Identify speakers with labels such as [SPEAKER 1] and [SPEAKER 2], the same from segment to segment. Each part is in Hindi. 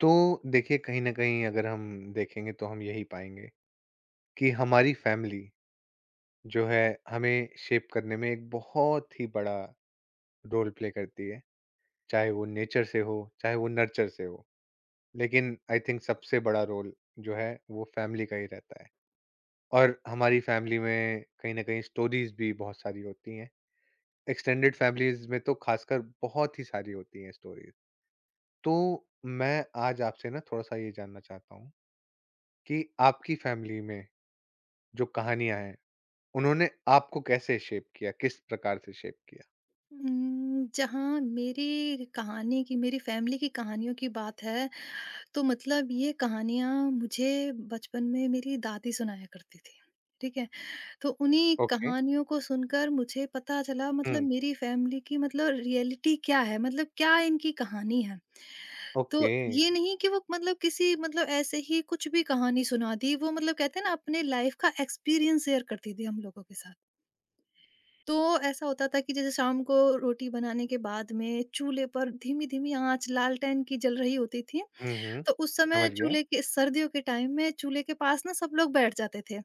[SPEAKER 1] तो देखिए कहीं न कहीं अगर हम देखेंगे तो हम यही पाएँगे कि हमारी फैमिली जो है हमें शेप करने में एक बहुत ही बड़ा रोल प्ले करती है। चाहे वो नेचर से हो, चाहे वो नर्चर से हो। लेकिन आई थिंक सबसे बड़ा रोल जो है वो फैमिली का ही रहता है। और हमारी फैमिली में कहीं न कहीं स्टोरीज़ भी बहुत सारी होती हैं। एक्सटेंडेड फैमिलीज़ में तो ख़ासकर बहुत ही सारी होती हैं स्टोरीज़। तो मैं आज आपसे ना थोड़ा-सा ये जानना चाहता हूँ कि आपकी फैमिली में जो कहानियाँ हैं, उन्होंने आपको कैसे शेप किया? किस प्रकार से शेप किया?
[SPEAKER 2] जहाँ मेरी कहानी की मेरी फैमिली की कहानियों की बात है, तो मतलब ये कहानियाँ मुझे बचपन में मेरी दादी सुनाया करती थी, ठीक है? तो उन्हीं
[SPEAKER 1] ओके।
[SPEAKER 2] कहानियों को सुनकर मुझे पता चला मतलब
[SPEAKER 1] हुँ,
[SPEAKER 2] मेरी फैमिली की मतलब रियलिटी क्या है, मतलब क्या इनकी कहानी है।
[SPEAKER 1] ओके।
[SPEAKER 2] तो ये नहीं कि वो मतलब किसी मतलब ऐसे ही कुछ भी कहानी सुना दी, वो मतलब कहते हैं ना अपने लाइफ़ का एक्सपीरियंस शेयर करती थी हम लोगों के साथ। तो ऐसा होता था कि जैसे शाम को रोटी बनाने के बाद में चूल्हे पर धीमी-धीमी आँच लालटेन की जल रही होती थी।
[SPEAKER 1] हुँ, हुँ,
[SPEAKER 2] तो उस समय
[SPEAKER 1] समझ गया।
[SPEAKER 2] चूल्हे के सर्दियों के टाइम में चूल्हे के पास ना सब लोग बैठ जाते थे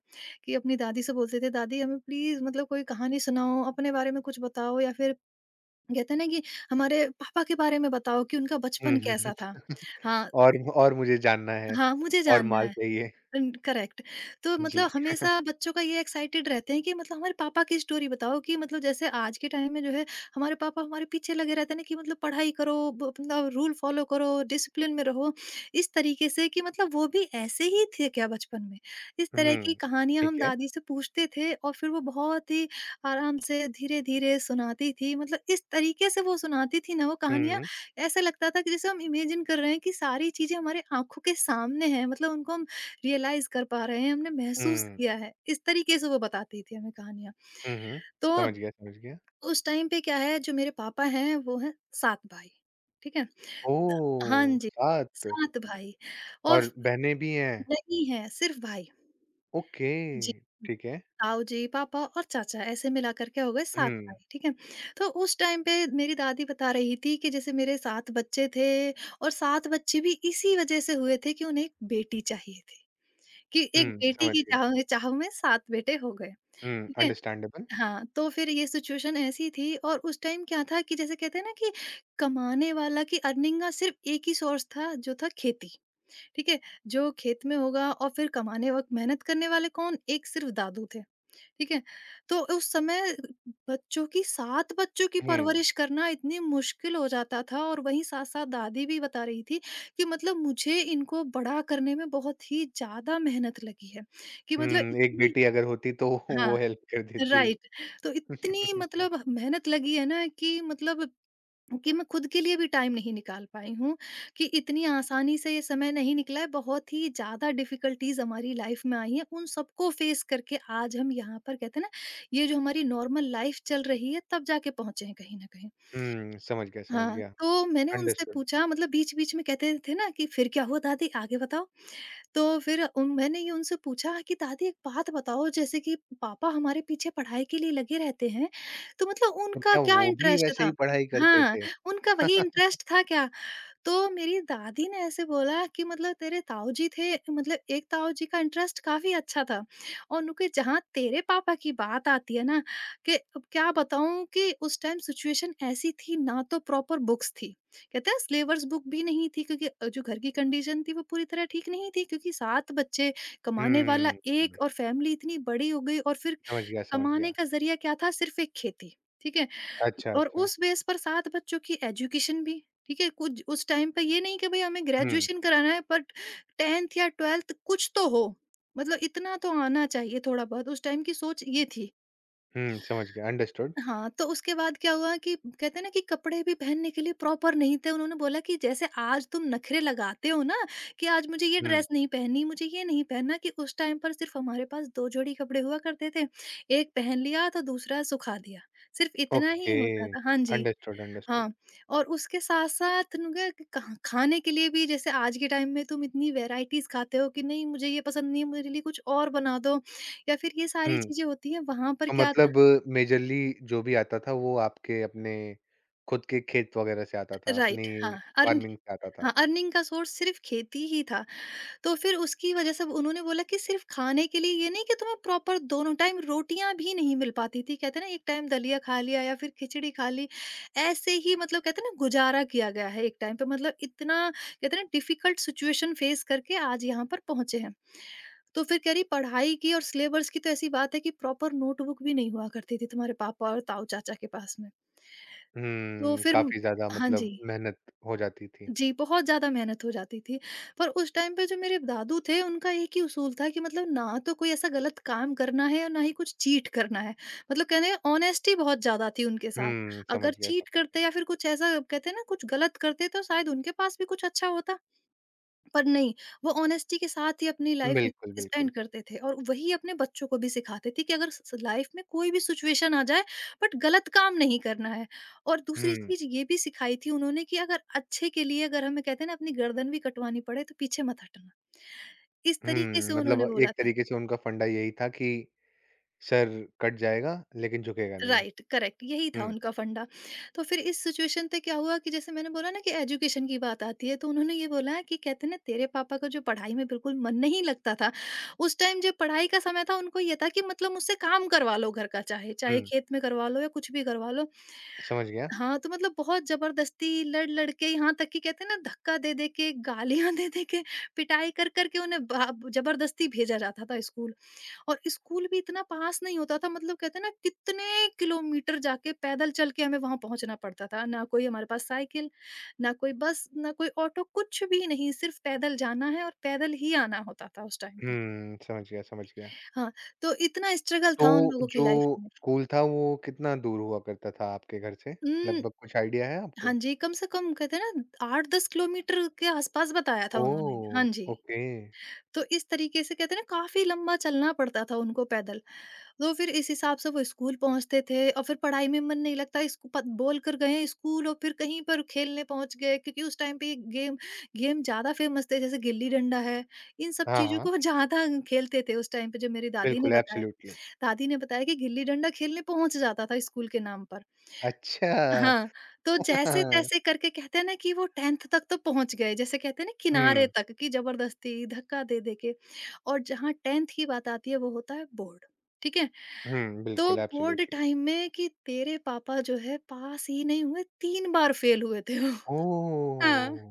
[SPEAKER 2] कि अपनी दादी से बोलते थे, "दादी हमें प्लीज़ मतलब कोई कहानी सुनाओ, अपने बारे में कुछ बताओ या फिर कहते हैं ना कि हमारे पापा के बारे में बताओ कि उनका
[SPEAKER 1] हुँ,
[SPEAKER 2] बचपन
[SPEAKER 1] हुँ, हुँ।
[SPEAKER 2] कैसा था?" हाँ,
[SPEAKER 1] और मुझे जानना है
[SPEAKER 2] हाँ, मुझे
[SPEAKER 1] और
[SPEAKER 2] जानना
[SPEAKER 1] माल
[SPEAKER 2] है।
[SPEAKER 1] चाहिए।
[SPEAKER 2] करेक्ट। तो
[SPEAKER 1] जी।
[SPEAKER 2] मतलब हमेशा बच्चों का ये एक्साइटेड रहते हैं कि मतलब हमारे पापा की स्टोरी बताओ कि मतलब जैसे आज के टाइम में जो है हमारे पापा हमारे पीछे लगे रहते हैं ना कि मतलब पढ़ाई करो मतलब रूल फॉलो करो डिसिप्लिन में रहो। इस तरीके से कि मतलब वो भी ऐसे ही थे क्या बचपन में? इस तरह की
[SPEAKER 1] हुँ,
[SPEAKER 2] कहानियां हम
[SPEAKER 1] ठीक है।
[SPEAKER 2] दादी से पूछते थे और फिर वो बहुत ही आराम से धीरे धीरे सुनाती थी। मतलब इस तरीके से वो सुनाती थी ना वो कहानियां,
[SPEAKER 1] हुँ,
[SPEAKER 2] ऐसा लगता था कि जैसे हम इमेजिन कर रहे हैं कि सारी चीजें हमारे आंखों के सामने हैं, मतलब उनको हम रियलाइज़ कर पा रहे हैं, हमने महसूस
[SPEAKER 1] हुँ,
[SPEAKER 2] किया है। इस तरीके से वो बताती थी हमें कहानियाँ।
[SPEAKER 1] हुँ, हुँ।
[SPEAKER 2] तो
[SPEAKER 1] समझ गया, समझ गया।
[SPEAKER 2] उस टाइम पे क्या है जो मेरे पापा हैं वो हैं 7 भाई, ठीक है? द हाँ
[SPEAKER 1] ओह!
[SPEAKER 2] जी,
[SPEAKER 1] 7
[SPEAKER 2] 7 भाई और
[SPEAKER 1] और बहनें भी हैं।
[SPEAKER 2] नहीं है सिर्फ़ भाई।
[SPEAKER 1] ओके,
[SPEAKER 2] जी,
[SPEAKER 1] ठीक है।
[SPEAKER 2] ताऊ जी, पापा और चाचा ऐसे मिलाकर के हो गए 7
[SPEAKER 1] हुँ,
[SPEAKER 2] भाई, ठीक है? तो उस टाइम पे मेरी दादी बता रही थी कि जैसे मेरे 7 बच्चे थे और 7 बच्चे भी इसी वजह से हुए थे कि उन्हें एक बेटी चाहिए थी। कि एक
[SPEAKER 1] हुँ,
[SPEAKER 2] बेटी
[SPEAKER 1] समझ
[SPEAKER 2] की
[SPEAKER 1] गया।
[SPEAKER 2] चाह में 7 बेटे हो गए,
[SPEAKER 1] हुँ,
[SPEAKER 2] ठीक है?
[SPEAKER 1] अंडरस्टैंडेबल।
[SPEAKER 2] हाँ, तो फिर ये सिचुएशन ऐसी थी और उस टाइम क्या था कि जैसे कहते हैं ना कि कमाने वाला की अर्निंग का सिर्फ़ एक ही सोर्स था जो था खेती, ठीक है? जो खेत में होगा। और फिर कमाने वक़्त मेहनत करने वाले कौन? एक सिर्फ़ दादू थे। ठीक है? तो उस समय बच्चों की 7 बच्चों की
[SPEAKER 1] हुँ,
[SPEAKER 2] परवरिश करना इतनी मुश्किल हो जाता था। और वहीं साथ-साथ दादी भी बता रही थी कि मतलब मुझे इनको बड़ा करने में बहुत ही ज़्यादा मेहनत लगी है, कि
[SPEAKER 1] हुँ,
[SPEAKER 2] मतलब
[SPEAKER 1] एक
[SPEAKER 2] इतनी।
[SPEAKER 1] बेटी अगर होती तो
[SPEAKER 2] हाँ,
[SPEAKER 1] वो हेल्प कर देती।
[SPEAKER 2] राइट। तो इतनी मतलब मेहनत लगी है ना कि मतलब कि मैं खुद के लिए भी टाइम नहीं निकाल पाई हूँ। कि इतनी आसानी से ये समय नहीं निकला है, बहुत ही ज़्यादा डिफ़िकल्टीज़ हमारी लाइफ में आई हैं, उन सबको फ़ेस करके आज हम यहाँ पर कहते हैं ना, ये जो हमारी नॉर्मल लाइफ चल रही है तब जाके पहुँचे हैं कहीं न कहीं।
[SPEAKER 1] हुँ, समझ गया, समझ
[SPEAKER 2] हाँ,
[SPEAKER 1] गया।
[SPEAKER 2] तो मैंने उनसे
[SPEAKER 1] अंडरस्टूड।
[SPEAKER 2] पूछा, मतलब बीच-बीच में कहते थे ना कि, "फिर क्या हुआ दादी आगे बताओ?" तो फिर उन मैंने ये उनसे पूछा कि दादी एक बात बताओ जैसे कि पापा हमारे पीछे पढ़ाई के लिए लगे रहते हैं, तो मतलब
[SPEAKER 1] तो
[SPEAKER 2] उनका
[SPEAKER 1] क्या
[SPEAKER 2] क्या
[SPEAKER 1] वो भी
[SPEAKER 2] इंटरेस्ट
[SPEAKER 1] वैसे ही
[SPEAKER 2] था?
[SPEAKER 1] पढ़ाई करते
[SPEAKER 2] हाँ,
[SPEAKER 1] थे?
[SPEAKER 2] उनका वही इंटरेस्ट था क्या? तो मेरी दादी ने ऐसे बोला कि मतलब तेरे ताऊजी थे, मतलब एक ताऊजी का इंटरेस्ट काफ़ी अच्छा था। और उनके जहाँ तेरे पापा की बात आती है ना, कि अब क्या बताऊँ कि उस टाइम सिचुएशन ऐसी थी ना तो प्रॉपर बुक्स थी, कहते हैं स्लेवर्स बुक भी नहीं थी, क्योंकि जो घर की कंडीशन थी वो पूरी तरह ठीक नहीं थी, क्योंकि सात बच्चे, कमाने वाला
[SPEAKER 1] हुँ,
[SPEAKER 2] एक, और फैमिली इतनी बड़ी हो गई। और फिर
[SPEAKER 1] समझ गया, समझ
[SPEAKER 2] कमाने
[SPEAKER 1] गया।
[SPEAKER 2] का ज़रिया क्या था? सिर्फ़ एक खेती, ठीक है?
[SPEAKER 1] अच्छा,
[SPEAKER 2] और
[SPEAKER 1] अच्छा।
[SPEAKER 2] उस बेस पर 7 बच्चों की एजुकेशन भी, ठीक है? कुछ उस टाइम पे ये नहीं कि भई हमें
[SPEAKER 1] हुँ,
[SPEAKER 2] ग्रेजुएशन कराना है, बट 10th या 12th कुछ तो हो, मतलब इतना तो आना चाहिए थोड़ा-बहुत, उस टाइम की सोच ये थी।
[SPEAKER 1] हुँ, समझ गया, अंडरस्टूड।
[SPEAKER 2] हाँ, तो उसके बाद क्या हुआ कि कहते हैं ना कि कपड़े भी पहनने के लिए प्रॉपर नहीं थे। उन्होंने बोला कि जैसे आज तुम नखरे लगाते हो ना कि आज मुझे ये
[SPEAKER 1] हुँ,
[SPEAKER 2] ड्रेस नहीं पहननी, मुझे ये नहीं पहनना, कि उस टाइम पर सिर्फ़ हमारे पास 2 जोड़ी कपड़े हुआ करते थे। एक पहन लिया तो दूसरा सुखा दिया। सिर्फ़ इतना ही
[SPEAKER 1] ओके,
[SPEAKER 2] होता था। हाँ जी,
[SPEAKER 1] अंडरस्टूड, अंडरस्टूड।
[SPEAKER 2] हाँ। और उसके साथ-साथ उनका कहाँ खाने के लिए भी जैसे आज के टाइम में तुम इतनी वैराइटीज़ खाते हो कि नहीं मुझे ये पसंद नहीं है, मेरे लिए कुछ और बना दो, या फिर ये सारी
[SPEAKER 1] हुँ,
[SPEAKER 2] चीज़ें होती हैं। वहाँ पर
[SPEAKER 1] तो
[SPEAKER 2] क्या था।
[SPEAKER 1] मतलब मेजरली जो भी आता था वो आपके अपने खुद के खेत वगैरह से आता था,
[SPEAKER 2] राइट, हाँ,
[SPEAKER 1] अपनी
[SPEAKER 2] और
[SPEAKER 1] फार्मिंग से आता था।
[SPEAKER 2] हाँ, अर्निंग का सोर्स सिर्फ़ खेती ही था। तो फिर उसकी वजह से उन्होंने बोला कि सिर्फ़ खाने के लिए ये नहीं कि तुम्हें प्रॉपर दोनों टाइम रोटियाँ भी नहीं मिल पाती थी। कहते हैं ना एक टाइम दलिया खा लिया या फिर खिचड़ी खा ली। ऐसे ही मतलब कहते हैं ना गुज़ारा किया गया है एक टाइम पे, मतलब इतना कहते हैं ना डिफ़िकल्ट सिचुएशन फ़ेस करके आज यहाँ पर पहुँचे हैं। तो फिर कह रही पढ़ाई की और सिलेबस की तो ऐसी बात है कि प्रॉपर नोटबुक भी नहीं हुआ करती थी तुम्हारे पापा और ताऊ चाचा के पास में। तो
[SPEAKER 1] हुँ,
[SPEAKER 2] फिर
[SPEAKER 1] काफ़ी ज़्यादा
[SPEAKER 2] हाँ जी।
[SPEAKER 1] मतलब मेहनत हो जाती थी।
[SPEAKER 2] जी, बहुत ज़्यादा मेहनत हो जाती थी। पर उस टाइम पे जो मेरे दादू थे, उनका एक ही उसूल था कि मतलब ना तो कोई ऐसा गलत काम करना है और ना ही कुछ चीट करना है। मतलब कहने का ऑनेस्टी बहुत ज़्यादा थी उनके साथ।
[SPEAKER 1] हुँ, समझ
[SPEAKER 2] अगर
[SPEAKER 1] गया,
[SPEAKER 2] चीट
[SPEAKER 1] समझ
[SPEAKER 2] करते
[SPEAKER 1] गया।
[SPEAKER 2] या फिर कुछ ऐसा कहते हैं ना कुछ गलत करते तो शायद उनके पास भी कुछ अच्छा होता। पर नहीं, वो ऑनेस्टी के साथ ही अपनी लाइफ
[SPEAKER 1] बिल्कुल, बिल्कुल।
[SPEAKER 2] स्पेंड करते थे और वही अपने बच्चों को भी सिखाते थे कि अगर स स लाइफ में कोई भी सिचुएशन आ जाए, बट गलत काम नहीं करना है। और दूसरी
[SPEAKER 1] हुँ।
[SPEAKER 2] चीज़ ये भी सिखाई थी उन्होंने कि अगर अच्छे के लिए अगर हमें कहते हैं ना अपनी गर्दन भी कटवानी पड़े तो पीछे मत हटना। इस तरीके
[SPEAKER 1] हुँ,
[SPEAKER 2] से
[SPEAKER 1] मतलब
[SPEAKER 2] उन्होंने बोला
[SPEAKER 1] एक
[SPEAKER 2] था।
[SPEAKER 1] तरीके से उनका फंडा यही था कि सर कट जाएगा लेकिन झुकेगा नहीं।
[SPEAKER 2] राइट, करेक्ट, यही था
[SPEAKER 1] हुँ,
[SPEAKER 2] उनका फंडा। तो फिर इस सिचुएशन पे क्या हुआ कि जैसे मैंने बोला ना कि एजुकेशन की बात आती है तो उन्होंने ये बोला कि कहते हैं ना तेरे पापा का जो पढ़ाई में बिल्कुल मन नहीं लगता था। उस टाइम जब पढ़ाई का समय था उनको ये था कि मतलब मुझसे काम करवा लो घर का, चाहे चाहे
[SPEAKER 1] हुँ,
[SPEAKER 2] खेत में करवा लो या कुछ भी करवा लो।
[SPEAKER 1] समझ गया।
[SPEAKER 2] हाँ, तो मतलब बहुत जबरदस्ती लड़ लड़ के यहाँ तक कि कहते हैं ना धक्का दे दे के गालियां दे दे के पिटाई कर कर के उन्हें जबरदस्ती भेजा जाता था स्कूल। और स्कूल भी इतना पास नहीं होता था, मतलब कहते हैं ना कितने किलोमीटर जाके पैदल चल के हमें वहां पहुंचना पड़ता था, ना कोई हमारे पास साइकिल, ना कोई बस, ना कोई ऑटो, कुछ भी नहीं, सिर्फ पैदल जाना है और पैदल ही आना होता था उस टाइम पर।
[SPEAKER 1] हुँ, समझ गया, समझ गया।
[SPEAKER 2] हाँ, तो इतना स्ट्रगल था उन
[SPEAKER 1] तो
[SPEAKER 2] लोगों की
[SPEAKER 1] जो
[SPEAKER 2] लाइफ में।
[SPEAKER 1] स्कूल था वो कितना दूर हुआ करता था आपके घर से?
[SPEAKER 2] हम्म,
[SPEAKER 1] लगभग कुछ आइडिया है
[SPEAKER 2] हाँ
[SPEAKER 1] आपको?
[SPEAKER 2] जी, कम से कम कहते हैं ना 8-10 किलोमीटर के आसपास बताया था उन्होंने। हाँ
[SPEAKER 1] ओह!
[SPEAKER 2] जी,
[SPEAKER 1] ओके।
[SPEAKER 2] तो इस तरीके से कहते हैं ना काफी लंबा चलना पड़ता था उनको पैदल। तो फिर इस हिसाब से वो स्कूल पहुँचते थे और फिर पढ़ाई में मन नहीं लगता, स्कू प बोल कर गए हैं स्कूल और फिर कहीं पर खेलने पहुँच गए, क्योंकि उस टाइम पे गेम गेम ज़्यादा फ़ेमस थे जैसे गिल्ली डंडा है, इन सब
[SPEAKER 1] हाँ,
[SPEAKER 2] चीज़ों
[SPEAKER 1] हाँ,
[SPEAKER 2] को ज़्यादा खेलते थे उस टाइम पे जो मेरी दादी ने
[SPEAKER 1] बिल्कुल
[SPEAKER 2] बताया।
[SPEAKER 1] एब्सोल्युटली।
[SPEAKER 2] दादी ने बताया कि गिल्ली डंडा खेलने पहुँच जाता था स्कूल के नाम पर।
[SPEAKER 1] अच्छा।
[SPEAKER 2] हाँ, तो जैसे-तैसे करके कहते हैं ना कि वो 10th तक तो पहुँच गए, जैसे कहते हैं ना किनारे
[SPEAKER 1] हुँ,
[SPEAKER 2] तक, कि ज़बरदस्ती धक्का दे-दे के। और जहाँ 10th की बात आती है वो होता है बोर्ड, ठीक है?
[SPEAKER 1] हुँ,
[SPEAKER 2] तो
[SPEAKER 1] बिल्कुल
[SPEAKER 2] बोर्ड
[SPEAKER 1] एब्सोल्युटली।
[SPEAKER 2] टाइम में कि तेरे पापा जो है पास ही नहीं हुए, 3 बार फेल हुए थे वो। हाँ।
[SPEAKER 1] ओह!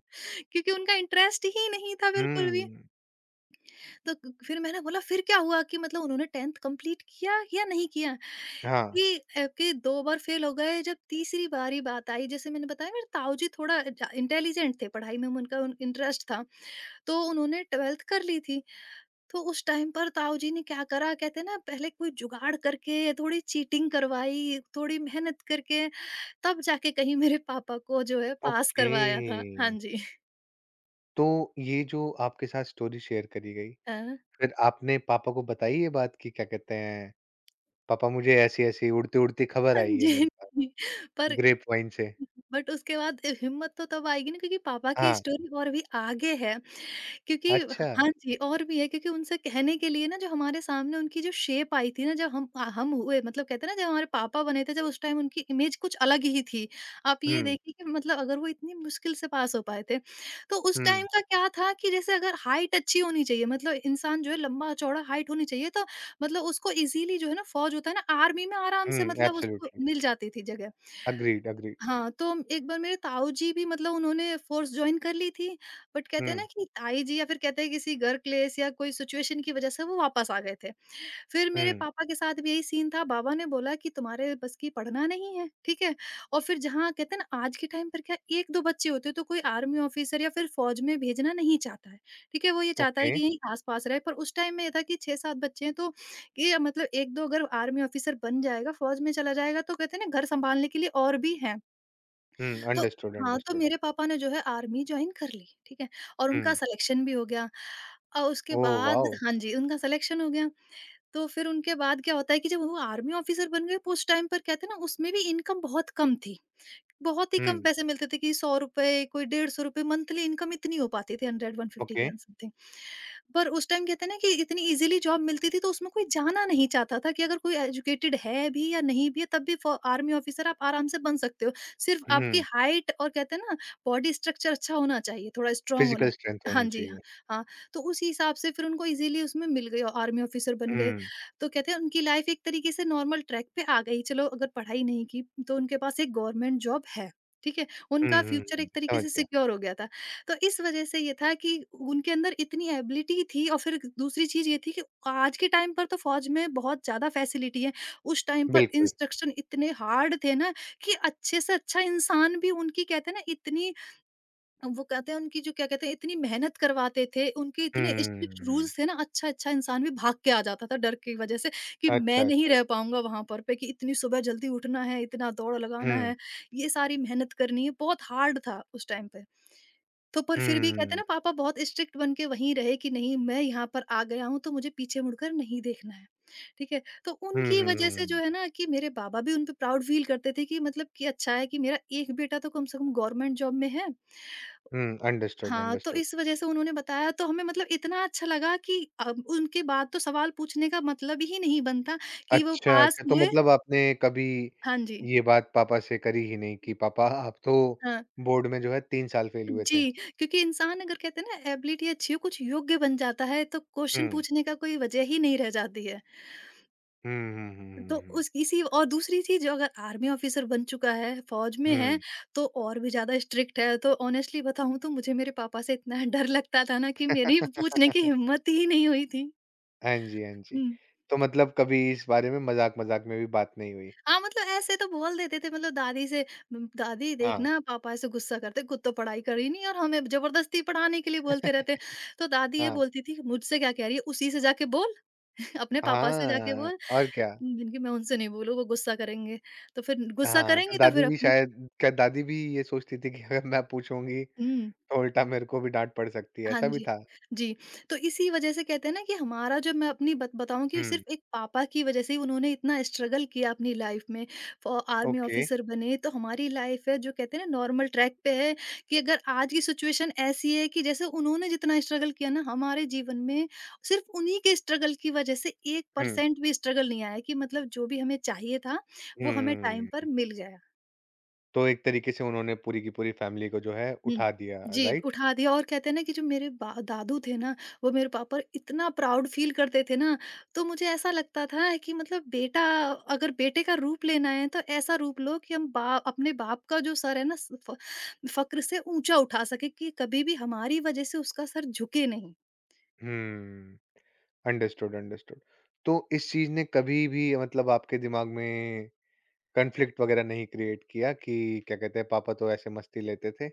[SPEAKER 2] क्योंकि उनका इंटरेस्ट ही नहीं था बिल्कुल भी।
[SPEAKER 1] हुँ,
[SPEAKER 2] तो क फिर मैंने बोला फिर क्या हुआ कि मतलब उन्होंने 10th कंप्लीट किया या नहीं किया?
[SPEAKER 1] हाँ,
[SPEAKER 2] कि 2 बार फेल हो गए, जब तीसरी बारी बात आई। जैसे मैंने बताया, मेरे ताऊ जी थोड़ा ज इंटेलिजेंट थे, पढ़ाई में उनका इंटरेस्ट था। तो उन्होंने 12th कर ली थी। तो उस टाइम पर ताऊ जी ने क्या करा, कहते हैं ना, पहले कोई जुगाड़ करके थोड़ी चीटिंग करवाई, थोड़ी मेहनत करके तब जाके कहीं मेरे पापा को जो है पास
[SPEAKER 1] ओके।
[SPEAKER 2] करवाया था। हाँ जी।
[SPEAKER 1] तो ये जो आपके साथ स्टोरी शेयर करी गई,
[SPEAKER 2] अ,
[SPEAKER 1] फिर आपने पापा को बताई ये बात कि क्या कहते हैं, पापा मुझे ऐसी-ऐसी उड़ती-उड़ती खबर
[SPEAKER 2] हाँ
[SPEAKER 1] आई है
[SPEAKER 2] जी,
[SPEAKER 1] मेरे पास,
[SPEAKER 2] जी। पर
[SPEAKER 1] ग्रेप वाइन से।
[SPEAKER 2] बट उसके बाद हिम्मत तो तब आएगी ना, क्योंकि पापा की
[SPEAKER 1] हाँ,
[SPEAKER 2] स्टोरी और भी आगे है। क्योंकि
[SPEAKER 1] अच्छा।
[SPEAKER 2] हाँ जी, और भी है, क्योंकि उनसे कहने के लिए ना, जो हमारे सामने उनकी जो शेप आई थी ना, जब हम हुए, मतलब कहते हैं ना, जब हमारे पापा बने थे, जब, उस टाइम उनकी इमेज कुछ अलग ही थी। आप ये
[SPEAKER 1] हुँ,
[SPEAKER 2] देखिए कि मतलब अगर वो इतनी मुश्किल से पास हो पाए थे। तो उस
[SPEAKER 1] हुँ,
[SPEAKER 2] टाइम का क्या था कि जैसे अगर हाइट अच्छी होनी चाहिए, मतलब इंसान जो है लंबा-चौड़ा हाइट होनी चाहिए, तो मतलब उसको इज़िली जो है ना, फ़ौज होता है ना, आर्मी में आराम
[SPEAKER 1] हुँ,
[SPEAKER 2] से मतलब उसको
[SPEAKER 1] एब्सोल्यूटली।
[SPEAKER 2] मिल जाती थी जगह।
[SPEAKER 1] Agreed, agreed.
[SPEAKER 2] हाँ, तो एक बार मेरे ताऊ जी भी, मतलब, उन्होंने फ़ोर्स जॉइन कर ली थी, बट कहते हैं ना
[SPEAKER 1] हुँ,
[SPEAKER 2] कि ताई जी, या फिर कहते हैं किसी घर क्लेश, या कोई सिचुएशन की वज़ह से वो वापस आ गए थे। फिर मेरे
[SPEAKER 1] हुँ,
[SPEAKER 2] पापा के साथ भी यही सीन था, बाबा ने बोला कि तुम्हारे बस की पढ़ना नहीं है, ठीक है? और फिर जहाँ कहते हैं ना, आज के टाइम पर क्या 1-2 बच्चे होते हैं तो कोई आर्मी ऑफ़िसर या फिर फ़ौज में भेजना नहीं चाहता है, ठीक है? वो ये चाहता
[SPEAKER 1] ओके।
[SPEAKER 2] है कि यहीं आस-पास रहे, पर उस टाइम में ये था कि 6-7 बच्चे हैं, तो ये मतलब 1-2 अगर आर्मी ऑफ़िसर बन जाएगा, फ़ौज में चला जाएगा, तो कहते हैं ना घर सँभालने के लिए और भी हैं।
[SPEAKER 1] हुँ,
[SPEAKER 2] तो
[SPEAKER 1] अंडरस्टूड,
[SPEAKER 2] हाँ, तो
[SPEAKER 1] अंडरस्टूड।
[SPEAKER 2] मेरे पापा ने जो है आर्मी जॉइन कर ली, ठीक है? और
[SPEAKER 1] हुँ,
[SPEAKER 2] उनका सिलेक्शन भी हो गया। उसके
[SPEAKER 1] ओह
[SPEAKER 2] बाद,
[SPEAKER 1] वाओ!
[SPEAKER 2] हाँ जी, उनका सिलेक्शन हो गया। तो फिर उनके बाद क्या होता है कि जब वो आर्मी ऑफिसर बन गए, तो उस टाइम पर कहते हैं ना उसमें भी इनकम बहुत कम थी। बहुत ही कम
[SPEAKER 1] हुँ,
[SPEAKER 2] पैसे मिलते थे, कि ₹100 कोई ₹150 मंथली इनकम इतनी हो पाती थी, 100-150
[SPEAKER 1] ओके।
[SPEAKER 2] के समथिंग। पर उस टाइम कहते हैं ना कि इतनी ईज़िली जॉब मिलती थी, तो उसमें कोई जाना नहीं चाहता था, कि अगर कोई एजुकेटेड है भी या नहीं भी है, तब भी फ़ आर्मी ऑफिसर आप आराम से बन सकते हो। सिर्फ़ आपकी
[SPEAKER 1] हुँ,
[SPEAKER 2] हाइट और कहते हैं ना बॉडी स्ट्रक्चर अच्छा होना चाहिए, थोड़ा स्ट्रॉन्ग होना।
[SPEAKER 1] फिजिकल स्ट्रेंथ
[SPEAKER 2] हाँ
[SPEAKER 1] होनी
[SPEAKER 2] जी, हाँ।
[SPEAKER 1] चाहिए।
[SPEAKER 2] हाँ, तो उसी हिसाब से फिर उनको ईज़िली उसमें मिल गई, आर्मी ऑफिसर बन गए।
[SPEAKER 1] हुँ,
[SPEAKER 2] तो कहते हैं उनकी लाइफ एक तरीके से नॉर्मल ट्रैक पे आ गई। चलो, अगर पढ़ाई नहीं की, तो उनके पास एक गवर्नमेंट जॉब है, ठीक है?
[SPEAKER 1] हुँ,
[SPEAKER 2] उनका
[SPEAKER 1] हुँ,
[SPEAKER 2] फ्यूचर
[SPEAKER 1] हुँ,
[SPEAKER 2] एक तरीके
[SPEAKER 1] समझ
[SPEAKER 2] से
[SPEAKER 1] गया।
[SPEAKER 2] सिक्योर हो गया था। तो इस वज़ह से ये था कि उनके अंदर इतनी एबिलिटी थी, और फिर दूसरी चीज़ ये थी कि आज के टाइम पर तो फ़ौज में बहुत ज़्यादा फैसिलिटी है। उस टाइम पर
[SPEAKER 1] बिल्कुल।
[SPEAKER 2] इंस्ट्रक्शन इतने हार्ड थे ना, कि अच्छे से अच्छा इंसान भी उनकी, कहते हैं ना, इतनी, वो कहते हैं उनकी जो क्या कहते हैं, इतनी मेहनत करवाते थे, उनके इतने स्ट्रिक्ट
[SPEAKER 1] हुँ,
[SPEAKER 2] रूल्स थे ना, अच्छा-अच्छा इंसान भी भाग के आ जाता था डर की वजह से, कि
[SPEAKER 1] अच्छा,
[SPEAKER 2] मैं नहीं
[SPEAKER 1] अच्छा।
[SPEAKER 2] रह पाऊँगा वहाँ पर पे, कि इतनी सुबह जल्दी उठना है, इतना दौड़ लगाना
[SPEAKER 1] हुँ,
[SPEAKER 2] है, ये सारी मेहनत करनी है, बहुत हार्ड था उस टाइम पे। तो पर फिर
[SPEAKER 1] हुँ,
[SPEAKER 2] भी, कहते हैं
[SPEAKER 1] हुँ,
[SPEAKER 2] ना, पापा बहुत स्ट्रिक्ट बन के वहीं रहे, कि नहीं, मैं यहाँ पर आ गया हूँ तो मुझे पीछे मुड़कर नहीं देखना है, ठीक है? तो
[SPEAKER 1] हुँ,
[SPEAKER 2] उनकी
[SPEAKER 1] हुँ,
[SPEAKER 2] वजह
[SPEAKER 1] हुँ,
[SPEAKER 2] से जो
[SPEAKER 1] हुँ।
[SPEAKER 2] है ना, कि मेरे बाबा भी उन पे प्राउड फ़ील करते थे, कि मतलब, कि अच्छा है कि मेरा एक बेटा तो कम से कम गवर्नमेंट जॉब में है।
[SPEAKER 1] हुँ, अंडरस्टूड,
[SPEAKER 2] हाँ, तो
[SPEAKER 1] अंडरस्टूड।
[SPEAKER 2] इस वज़ह से उन्होंने बताया, तो हमें मतलब इतना अच्छा लगा कि अब उनके बाद तो सवाल पूछने का मतलब ही नहीं बनता कि वो
[SPEAKER 1] अच्छा,
[SPEAKER 2] पास
[SPEAKER 1] अच्छा तो
[SPEAKER 2] हुए।
[SPEAKER 1] मतलब आपने कभी
[SPEAKER 2] हाँ जी,
[SPEAKER 1] ये बात पापा से करी ही नहीं कि पापा आप तो
[SPEAKER 2] हाँ।
[SPEAKER 1] बोर्ड में जो है 3 साल फेल हुए थे?
[SPEAKER 2] जी, क्योंकि इंसान अगर, कहते हैं ना, एबिलिटी अच्छी हो, कुछ योग्य बन जाता है, तो क्वेश्चन
[SPEAKER 1] हुँ।
[SPEAKER 2] पूछने का कोई वज़ह ही नहीं रह जाती है।
[SPEAKER 1] हुँ, हुँ, हुँ,
[SPEAKER 2] तो
[SPEAKER 1] हुँ, हुँ,
[SPEAKER 2] उस इसी, और दूसरी चीज़ जो, अगर आर्मी ऑफ़िसर बन चुका है, फ़ौज में
[SPEAKER 1] हुँ।
[SPEAKER 2] है, तो और भी ज़्यादा स्ट्रिक्ट है। तो ऑनेस्टली बताऊँ तो मुझे मेरे पापा से इतना डर लगता था ना, कि मेरी पूछने की हिम्मत ही नहीं हुई थी।
[SPEAKER 1] हाँ जी, हाँ जी।
[SPEAKER 2] हुँ।
[SPEAKER 1] तो मतलब कभी इस बारे में मज़ाक-मज़ाक में भी बात नहीं हुई?
[SPEAKER 2] हाँ, मतलब ऐसे तो बोल देते थे, मतलब दादी से, दादी
[SPEAKER 1] हाँ,
[SPEAKER 2] देखना, पापा ऐसे गुस्सा करते, खुद तो पढ़ाई करी नहीं और हमें जबरदस्ती पढ़ाने के लिए बोलते रहते हैं। तो दादी ये
[SPEAKER 1] हाँ।
[SPEAKER 2] बोलती थी, "मुझसे क्या कह रही है? उसी से जाके बोल, अपने पापा से जाके
[SPEAKER 1] हाँ,
[SPEAKER 2] बोल।"
[SPEAKER 1] और क्या।
[SPEAKER 2] मैंने कहा, "मैं उनसे नहीं बोलूँ, वो गुस्सा करेंगे।" तो फिर गुस्सा
[SPEAKER 1] हाँ, तो
[SPEAKER 2] करेंगे तो फिर
[SPEAKER 1] दादी भी
[SPEAKER 2] अपनी।
[SPEAKER 1] शायद क्या दादी भी ये सोचती थी कि अगर मैं पूछूँगी
[SPEAKER 2] हुँ।
[SPEAKER 1] तो उल्टा मेरे को भी डाँट पड़ सकती है,
[SPEAKER 2] हाँ
[SPEAKER 1] ऐसा भी
[SPEAKER 2] जी।
[SPEAKER 1] था?
[SPEAKER 2] जी, तो इसी वज़ह से, कहते हैं ना, कि हमारा जो, मैं अपनी बत बताऊँ कि
[SPEAKER 1] हुँ,
[SPEAKER 2] सिर्फ़ एक पापा की वज़ह से ही, उन्होंने इतना स्ट्रगल किया अपनी लाइफ़ में, फ़ आर्मी
[SPEAKER 1] ओके।
[SPEAKER 2] ऑफ़िसर बने, तो हमारी लाइफ़ है, जो कहते हैं ना, नॉर्मल ट्रैक पे है, कि अगर आज की सिचुएशन ऐसी है कि जैसे उन्होंने जितना स्ट्रगल किया ना, हमारे जीवन में सिर्फ़ उन्हीं के स्ट्रगल की वज़ह से
[SPEAKER 1] हुँ,
[SPEAKER 2] 1% भी स्ट्रगल नहीं आया, कि मतलब जो भी हमें चाहिए था, वो हमें टाइम
[SPEAKER 1] हुँ।
[SPEAKER 2] पर मिल गया।
[SPEAKER 1] तो एक तरीके से उन्होंने पूरी की पूरी फैमिली को जो है
[SPEAKER 2] हुँ।
[SPEAKER 1] उठा दिया,
[SPEAKER 2] जी,
[SPEAKER 1] राइट?
[SPEAKER 2] उठा दिया, और कहते हैं ना कि जो मेरे बा दादू थे ना, वो मेरे पापा इतना प्राउड फ़ील करते थे ना, तो मुझे ऐसा लगता था कि मतलब बेटा, अगर बेटे का रूप लेना है तो ऐसा रूप लो कि हम बा अपने बाप का जो सर है ना, स फ फ़क्र से ऊँचा उठा सकें, कि कभी भी हमारी वज़ह से उसका सर झुके नहीं।
[SPEAKER 1] हुँ, अंडरस्टूड, अंडरस्टूड। तो इस चीज़ ने कभी भी मतलब आपके दिमाग में कॉन्फ्लिक्ट वगैरह नहीं क्रिएट किया कि क्या कहते हैं पापा तो ऐसे मस्ती लेते थे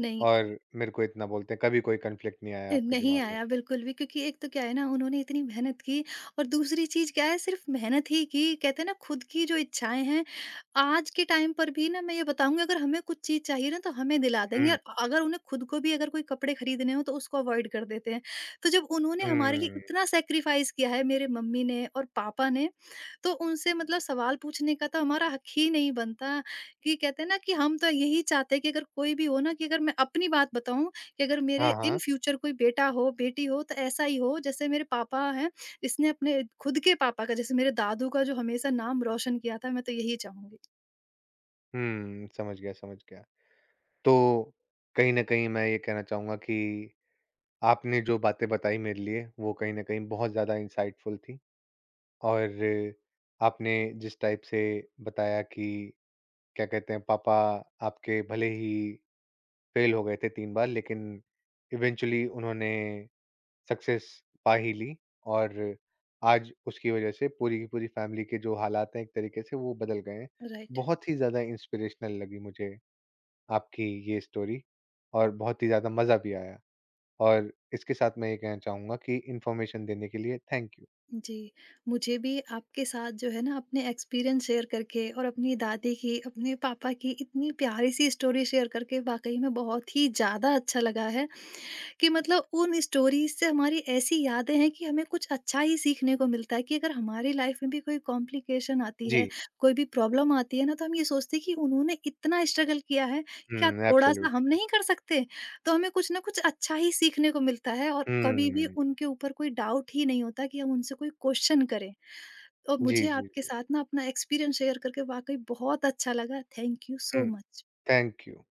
[SPEAKER 2] नहीं,
[SPEAKER 1] और मेरे को इतना बोलते हैं, कभी कोई कॉन्फ्लिक्ट नहीं आया आपके
[SPEAKER 2] नहीं
[SPEAKER 1] दिमाग में?
[SPEAKER 2] आया बिल्कुल भी, क्योंकि एक तो क्या है ना, उन्होंने इतनी मेहनत की, और दूसरी चीज़ क्या है, सिर्फ मेहनत ही की, कहते हैं ना, खुद की जो इच्छाएं हैं, आज के टाइम पर भी ना, मैं ये बताऊंगी, अगर हमें कुछ चीज़ चाहिए ना तो हमें दिला देंगे,
[SPEAKER 1] हुँ,
[SPEAKER 2] और अगर उन्हें खुद को भी अगर कोई कपड़े खरीदने हो तो उसको अवॉइड कर देते हैं। तो जब उन्होंने हमारे लिए
[SPEAKER 1] हुँ।
[SPEAKER 2] इतना सेक्रीफाइस किया है, मेरे मम्मी ने और पापा ने, तो उनसे मतलब सवाल पूछने का तो हमारा हक ही नहीं बनता, कि कहते हैं ना, कि हम तो यही चाहते हैं कि अगर कोई भी हो ना, कि अगर मैं अपनी बात बताऊं, कि अगर मेरे
[SPEAKER 1] हाँ,
[SPEAKER 2] इन
[SPEAKER 1] हाँ।
[SPEAKER 2] फ्यूचर कोई बेटा हो, बेटी हो, तो ऐसा ही हो जैसे मेरे पापा हैं, इसने अपने खुद के पापा का, जैसे मेरे दादू का, जो हमेशा नाम रोशन किया था, मैं तो यही चाहूँगी।
[SPEAKER 1] हुँ, समझ गया, समझ गया। तो कहीं न कहीं मैं ये कहना चाहूँगा कि आपने जो बातें बताई मेरे लिए वो कहीं न कहीं बहुत ज़्यादा इंसाइटफुल थी। और आपने जिस टाइप से बताया कि क्या कहते हैं पापा आपके भले ही फेल हो गए थे 3 बार लेकिन इवेंचुअली उन्होंने सक्सेस पा ही ली और आज उसकी वजह से पूरी की पूरी फैमिली के जो हालात हैं एक तरीके से वो बदल गए हैं
[SPEAKER 2] राइट।
[SPEAKER 1] बहुत ही ज़्यादा इंस्पिरेशनल लगी मुझे आपकी ये स्टोरी और बहुत ही ज़्यादा मज़ा भी आया और इसके साथ मैं ये कहना चाहूँगा कि इन्फॉर्मेशन देने के लिए थैंक यू।
[SPEAKER 2] जी, मुझे भी आपके साथ जो है ना, अपने एक्सपीरियंस शेयर करके, और अपनी दादी की, अपने पापा की इतनी प्यारी सी स्टोरी शेयर करके वाक़ई में बहुत ही ज़्यादा अच्छा लगा है। कि मतलब उन स्टोरीज से हमारी ऐसी यादें हैं कि हमें कुछ अच्छा ही सीखने को मिलता है, कि अगर हमारी लाइफ में भी कोई कॉम्प्लिकेशन आती है,
[SPEAKER 1] जी।
[SPEAKER 2] कोई भी प्रॉब्लम आती है ना, तो हम ये सोचते हैं कि उन्होंने इतना स्ट्रगल किया है, क्या
[SPEAKER 1] हम्म,
[SPEAKER 2] थोड़ा-सा हम
[SPEAKER 1] एब्सोल्युटली।
[SPEAKER 2] नहीं कर सकते? तो हमें कुछ ना कुछ अच्छा ही सीखने को मिलता है, और कभी भी
[SPEAKER 1] हम्म।
[SPEAKER 2] उनके ऊपर कोई डाउट ही नहीं होता कि हम उनसे कोई क्वेश्चन करें। और
[SPEAKER 1] जी,
[SPEAKER 2] मुझे
[SPEAKER 1] जी,
[SPEAKER 2] आपके
[SPEAKER 1] जी।
[SPEAKER 2] साथ ना अपना एक्सपीरियंस शेयर करके वाक़ई बहुत अच्छा लगा। थैंक यू सो
[SPEAKER 1] हुँ,
[SPEAKER 2] मच।
[SPEAKER 1] Thank you.